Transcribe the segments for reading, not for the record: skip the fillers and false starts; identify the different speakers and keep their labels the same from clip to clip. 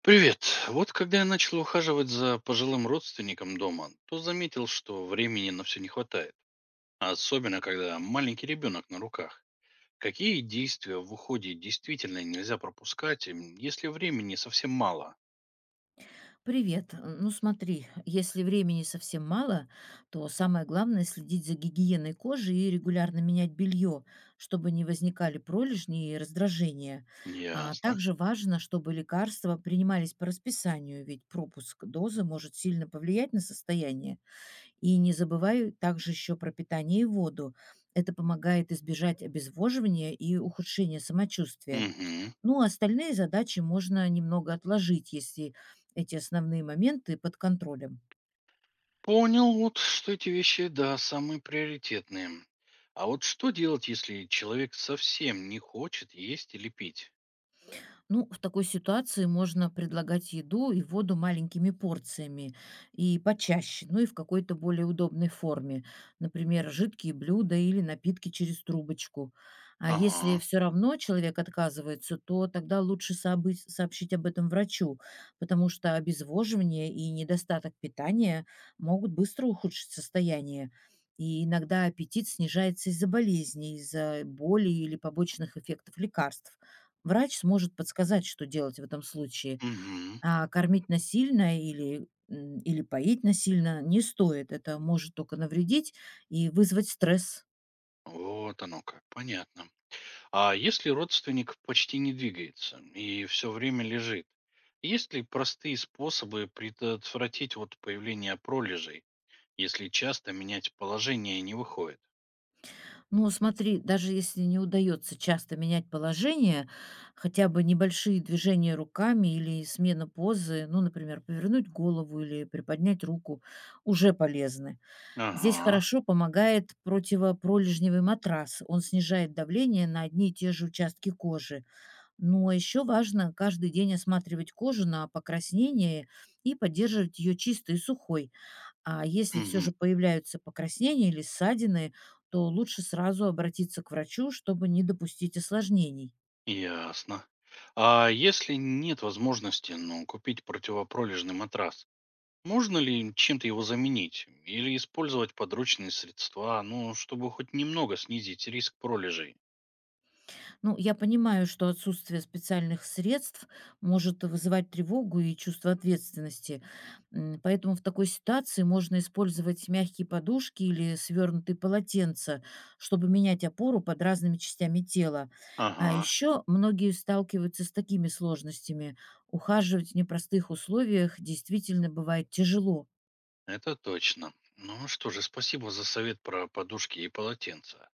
Speaker 1: Привет. Вот когда я начал ухаживать за пожилым родственником дома, то заметил, что времени на все не хватает. Особенно, когда маленький ребенок на руках. Какие действия в уходе действительно нельзя пропускать, если времени совсем мало?
Speaker 2: Привет. Ну смотри, если времени совсем мало, то самое главное следить за гигиеной кожи и регулярно менять белье, чтобы не возникали пролежни и раздражения. А
Speaker 1: Ясно.
Speaker 2: также важно, чтобы лекарства принимались по расписанию, ведь пропуск дозы может сильно повлиять на состояние. И не забывай также еще про питание и воду. Это помогает избежать обезвоживания и ухудшения самочувствия.
Speaker 1: Мгм.
Speaker 2: Ну, а остальные задачи можно немного отложить, если эти основные моменты под контролем.
Speaker 1: Понял вот, что эти вещи, да, самые приоритетные. А вот что делать, если человек совсем не хочет есть или пить?
Speaker 2: Ну, в такой ситуации можно предлагать еду и воду маленькими порциями и почаще, ну и в какой-то более удобной форме. Например, жидкие блюда или напитки через трубочку. А если
Speaker 1: Ага.
Speaker 2: все равно человек отказывается, то тогда лучше сообщить об этом врачу, потому что обезвоживание и недостаток питания могут быстро ухудшить состояние. И иногда аппетит снижается из-за болезней, из-за боли или побочных эффектов лекарств. Врач сможет подсказать, что делать в этом случае.
Speaker 1: Угу.
Speaker 2: А кормить насильно или поить насильно не стоит. Это может только навредить и вызвать стресс.
Speaker 1: Вот оно как. Понятно. А если родственник почти не двигается и все время лежит, есть ли простые способы предотвратить вот появление пролежей, если часто менять положение не выходит?
Speaker 2: Ну, смотри, даже если не удается часто менять положение, хотя бы небольшие движения руками или смена позы, ну, например, повернуть голову или приподнять руку, уже полезны. Здесь
Speaker 1: Ага,
Speaker 2: хорошо помогает противопролежневый матрас. Он снижает давление на одни и те же участки кожи. Но еще важно каждый день осматривать кожу на покраснение и поддерживать ее чистой и сухой. А если все
Speaker 1: мгм,
Speaker 2: же появляются покраснения или ссадины, то лучше сразу обратиться к врачу, чтобы не допустить осложнений.
Speaker 1: ясно. А если нет возможности, ну, купить противопролежный матрас, можно ли чем-то его заменить или использовать подручные средства, ну, чтобы хоть немного снизить риск пролежей?
Speaker 2: Ну, я понимаю, что отсутствие специальных средств может вызывать тревогу и чувство ответственности. Поэтому в такой ситуации можно использовать мягкие подушки или свернутые полотенца, чтобы менять опору под разными частями тела. А
Speaker 1: Ага.
Speaker 2: еще многие сталкиваются с такими сложностями. Ухаживать в непростых условиях действительно бывает тяжело.
Speaker 1: Это точно. Ну что же, спасибо за совет про подушки и полотенца.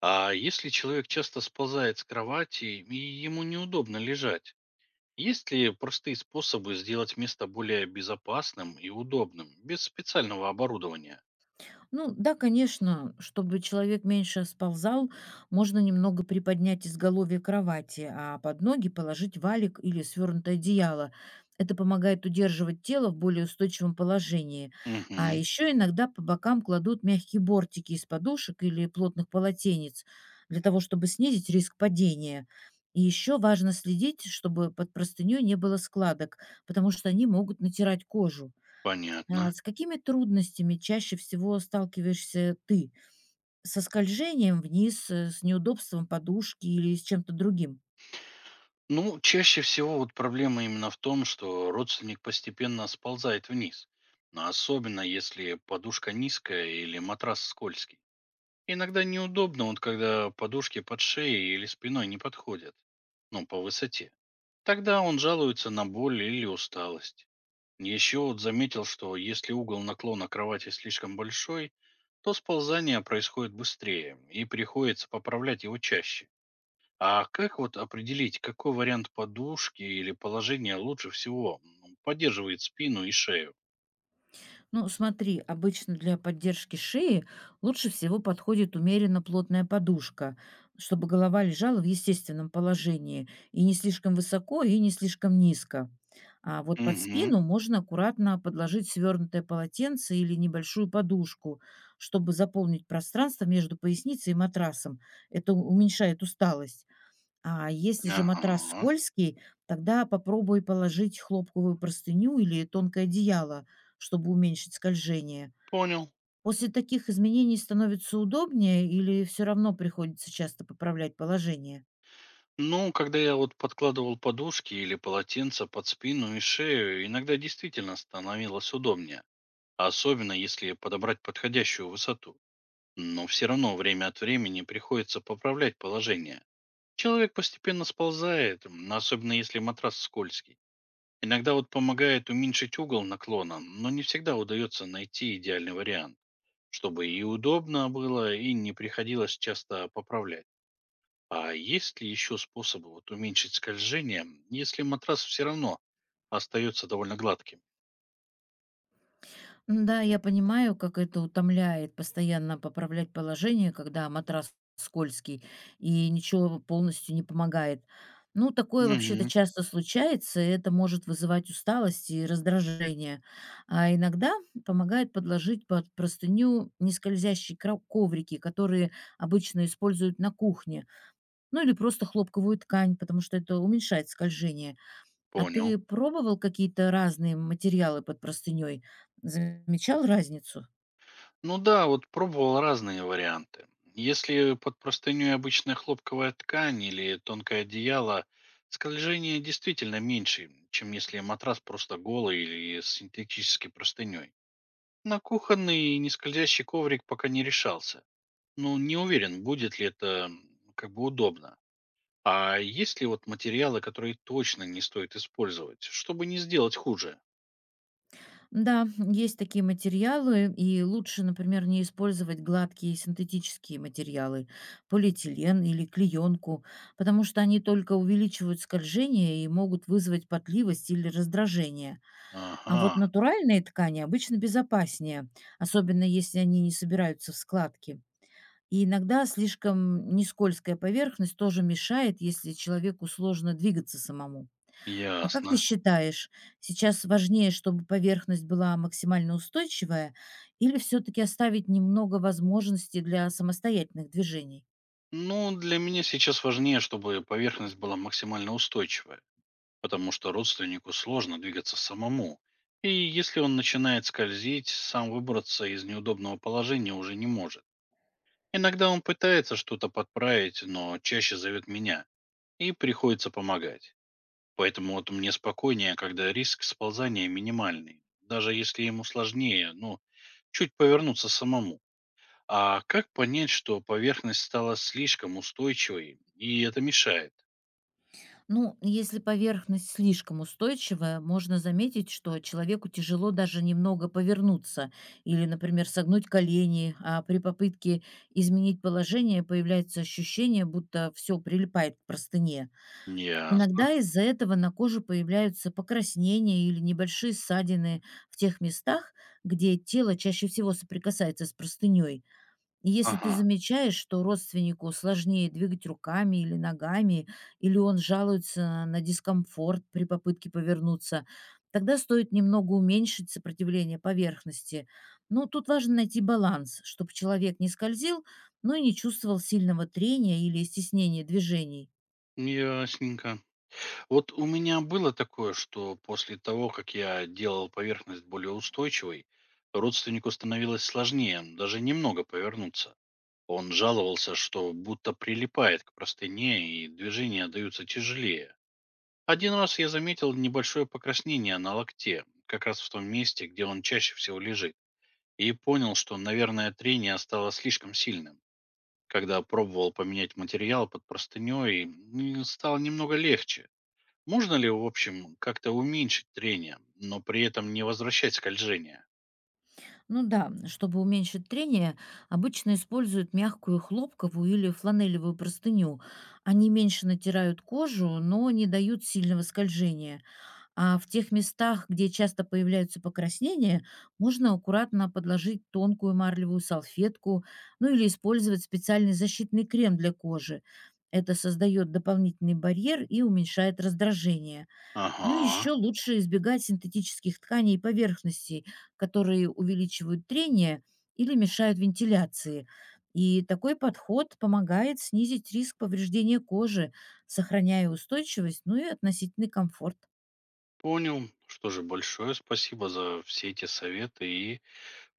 Speaker 1: А если человек часто сползает с кровати и ему неудобно лежать, есть ли простые способы сделать место более безопасным и удобным, без специального оборудования?
Speaker 2: Ну да, конечно, чтобы человек меньше сползал, можно немного приподнять изголовье кровати, а под ноги положить валик или свернутое одеяло. Это помогает удерживать тело в более устойчивом положении. А
Speaker 1: Угу,
Speaker 2: еще иногда по бокам кладут мягкие бортики из подушек или плотных полотенец для того, чтобы снизить риск падения. И еще важно следить, чтобы под простыней не было складок, потому что они могут натирать кожу.
Speaker 1: понятно.
Speaker 2: А с какими трудностями чаще всего сталкиваешься ты? Со скольжением вниз, с неудобством подушки или с чем-то другим?
Speaker 1: Ну, чаще всего вот проблема именно в том, что родственник постепенно сползает вниз. Но особенно если подушка низкая или матрас скользкий. Иногда неудобно, вот когда подушки под шеей или спиной не подходят. Ну, по высоте. Тогда он жалуется на боль или усталость. Еще вот заметил, что если угол наклона кровати слишком большой, то сползание происходит быстрее и приходится поправлять его чаще. А как вот определить, какой вариант подушки или положения лучше всего, ну, поддерживает спину и шею?
Speaker 2: Ну, смотри, обычно для поддержки шеи лучше всего подходит умеренно плотная подушка, чтобы голова лежала в естественном положении и не слишком высоко, и не слишком низко. А вот под
Speaker 1: Угу,
Speaker 2: спину можно аккуратно подложить свернутое полотенце или небольшую подушку, чтобы заполнить пространство между поясницей и матрасом. Это уменьшает усталость. А если же матрас
Speaker 1: ага,
Speaker 2: скользкий, тогда попробуй положить хлопковую простыню или тонкое одеяло, чтобы уменьшить скольжение.
Speaker 1: понял.
Speaker 2: После таких изменений становится удобнее или все равно приходится часто поправлять положение?
Speaker 1: Ну, когда я вот подкладывал подушки или полотенца под спину и шею, иногда действительно становилось удобнее, особенно если подобрать подходящую высоту. Но все равно время от времени приходится поправлять положение. Человек постепенно сползает, особенно если матрас скользкий. Иногда вот помогает уменьшить угол наклона, но не всегда удается найти идеальный вариант, чтобы и удобно было, и не приходилось часто поправлять. А есть ли еще способы вот уменьшить скольжение, если матрас все равно остается довольно гладким?
Speaker 2: Да, я понимаю, как это утомляет постоянно поправлять положение, когда матрас скользкий и ничего полностью не помогает. Ну, такое вообще-то
Speaker 1: Угу,
Speaker 2: часто случается, и это может вызывать усталость и раздражение. А иногда помогает подложить под простыню нескользящие коврики, которые обычно используют на кухне, ну или просто хлопковую ткань, потому что это уменьшает скольжение. А
Speaker 1: понял.
Speaker 2: ты пробовал какие-то разные материалы под простыней? Замечал разницу?
Speaker 1: Ну да, вот пробовал разные варианты. Если под простыней обычная хлопковая ткань или тонкое одеяло, скольжение действительно меньше, чем если матрас просто голый или с синтетической простыней. На кухонный нескользящий коврик пока не решался. Но не уверен, будет ли это как бы удобно. А есть ли вот материалы, которые точно не стоит использовать, чтобы не сделать хуже?
Speaker 2: Да, есть такие материалы, и лучше, например, не использовать гладкие синтетические материалы, полиэтилен или клеенку, потому что они только увеличивают скольжение и могут вызвать потливость или раздражение. А
Speaker 1: Ага,
Speaker 2: вот натуральные ткани обычно безопаснее, особенно если они не собираются в складки. И иногда слишком нескользкая поверхность тоже мешает, если человеку сложно двигаться самому. А как ты
Speaker 1: ясно.
Speaker 2: считаешь, сейчас важнее, чтобы поверхность была максимально устойчивая или все-таки оставить немного возможностей для самостоятельных движений?
Speaker 1: Ну, для меня сейчас важнее, чтобы поверхность была максимально устойчивая, потому что родственнику сложно двигаться самому. И если он начинает скользить, сам выбраться из неудобного положения уже не может. Иногда он пытается что-то подправить, но чаще зовет меня, и приходится помогать. Поэтому вот мне спокойнее, когда риск сползания минимальный, даже если ему сложнее, ну, чуть повернуться самому. А как понять, что поверхность стала слишком устойчивой, и это мешает?
Speaker 2: Ну, если поверхность слишком устойчивая, можно заметить, что человеку тяжело даже немного повернуться или, например, согнуть колени, а при попытке изменить положение появляется ощущение, будто все прилипает к простыне.
Speaker 1: Ясно.
Speaker 2: Иногда из-за этого на коже появляются покраснения или небольшие ссадины в тех местах, где тело чаще всего соприкасается с простыней. Если ты
Speaker 1: Ага.
Speaker 2: замечаешь, что родственнику сложнее двигать руками или ногами, или он жалуется на дискомфорт при попытке повернуться, тогда стоит немного уменьшить сопротивление поверхности. Но тут важно найти баланс, чтобы человек не скользил, но и не чувствовал сильного трения или стеснения движений.
Speaker 1: Ясненько. Вот у меня было такое, что после того, как я делал поверхность более устойчивой, родственнику становилось сложнее даже немного повернуться. Он жаловался, что будто прилипает к простыне и движения даются тяжелее. Один раз я заметил небольшое покраснение на локте, как раз в том месте, где он чаще всего лежит, и понял, что, наверное, трение стало слишком сильным. Когда пробовал поменять материал под простыней, стало немного легче. Можно ли, в общем, как-то уменьшить трение, но при этом не возвращать скольжение?
Speaker 2: Ну да, чтобы уменьшить трение, обычно используют мягкую хлопковую или фланелевую простыню. Они меньше натирают кожу, но не дают сильного скольжения. А в тех местах, где часто появляются покраснения, можно аккуратно подложить тонкую марлевую салфетку, ну или использовать специальный защитный крем для кожи. Это создает дополнительный барьер и уменьшает раздражение. Ну и еще
Speaker 1: Ага,
Speaker 2: лучше избегать синтетических тканей и поверхностей, которые увеличивают трение или мешают вентиляции. И такой подход помогает снизить риск повреждения кожи, сохраняя устойчивость, ну и относительный комфорт.
Speaker 1: понял. Что же, большое спасибо за все эти советы и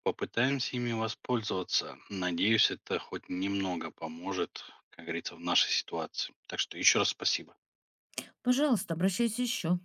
Speaker 1: попытаемся ими воспользоваться. Надеюсь, это хоть немного поможет, как говорится, в нашей ситуации. Так что еще раз спасибо.
Speaker 2: Пожалуйста, обращайся еще.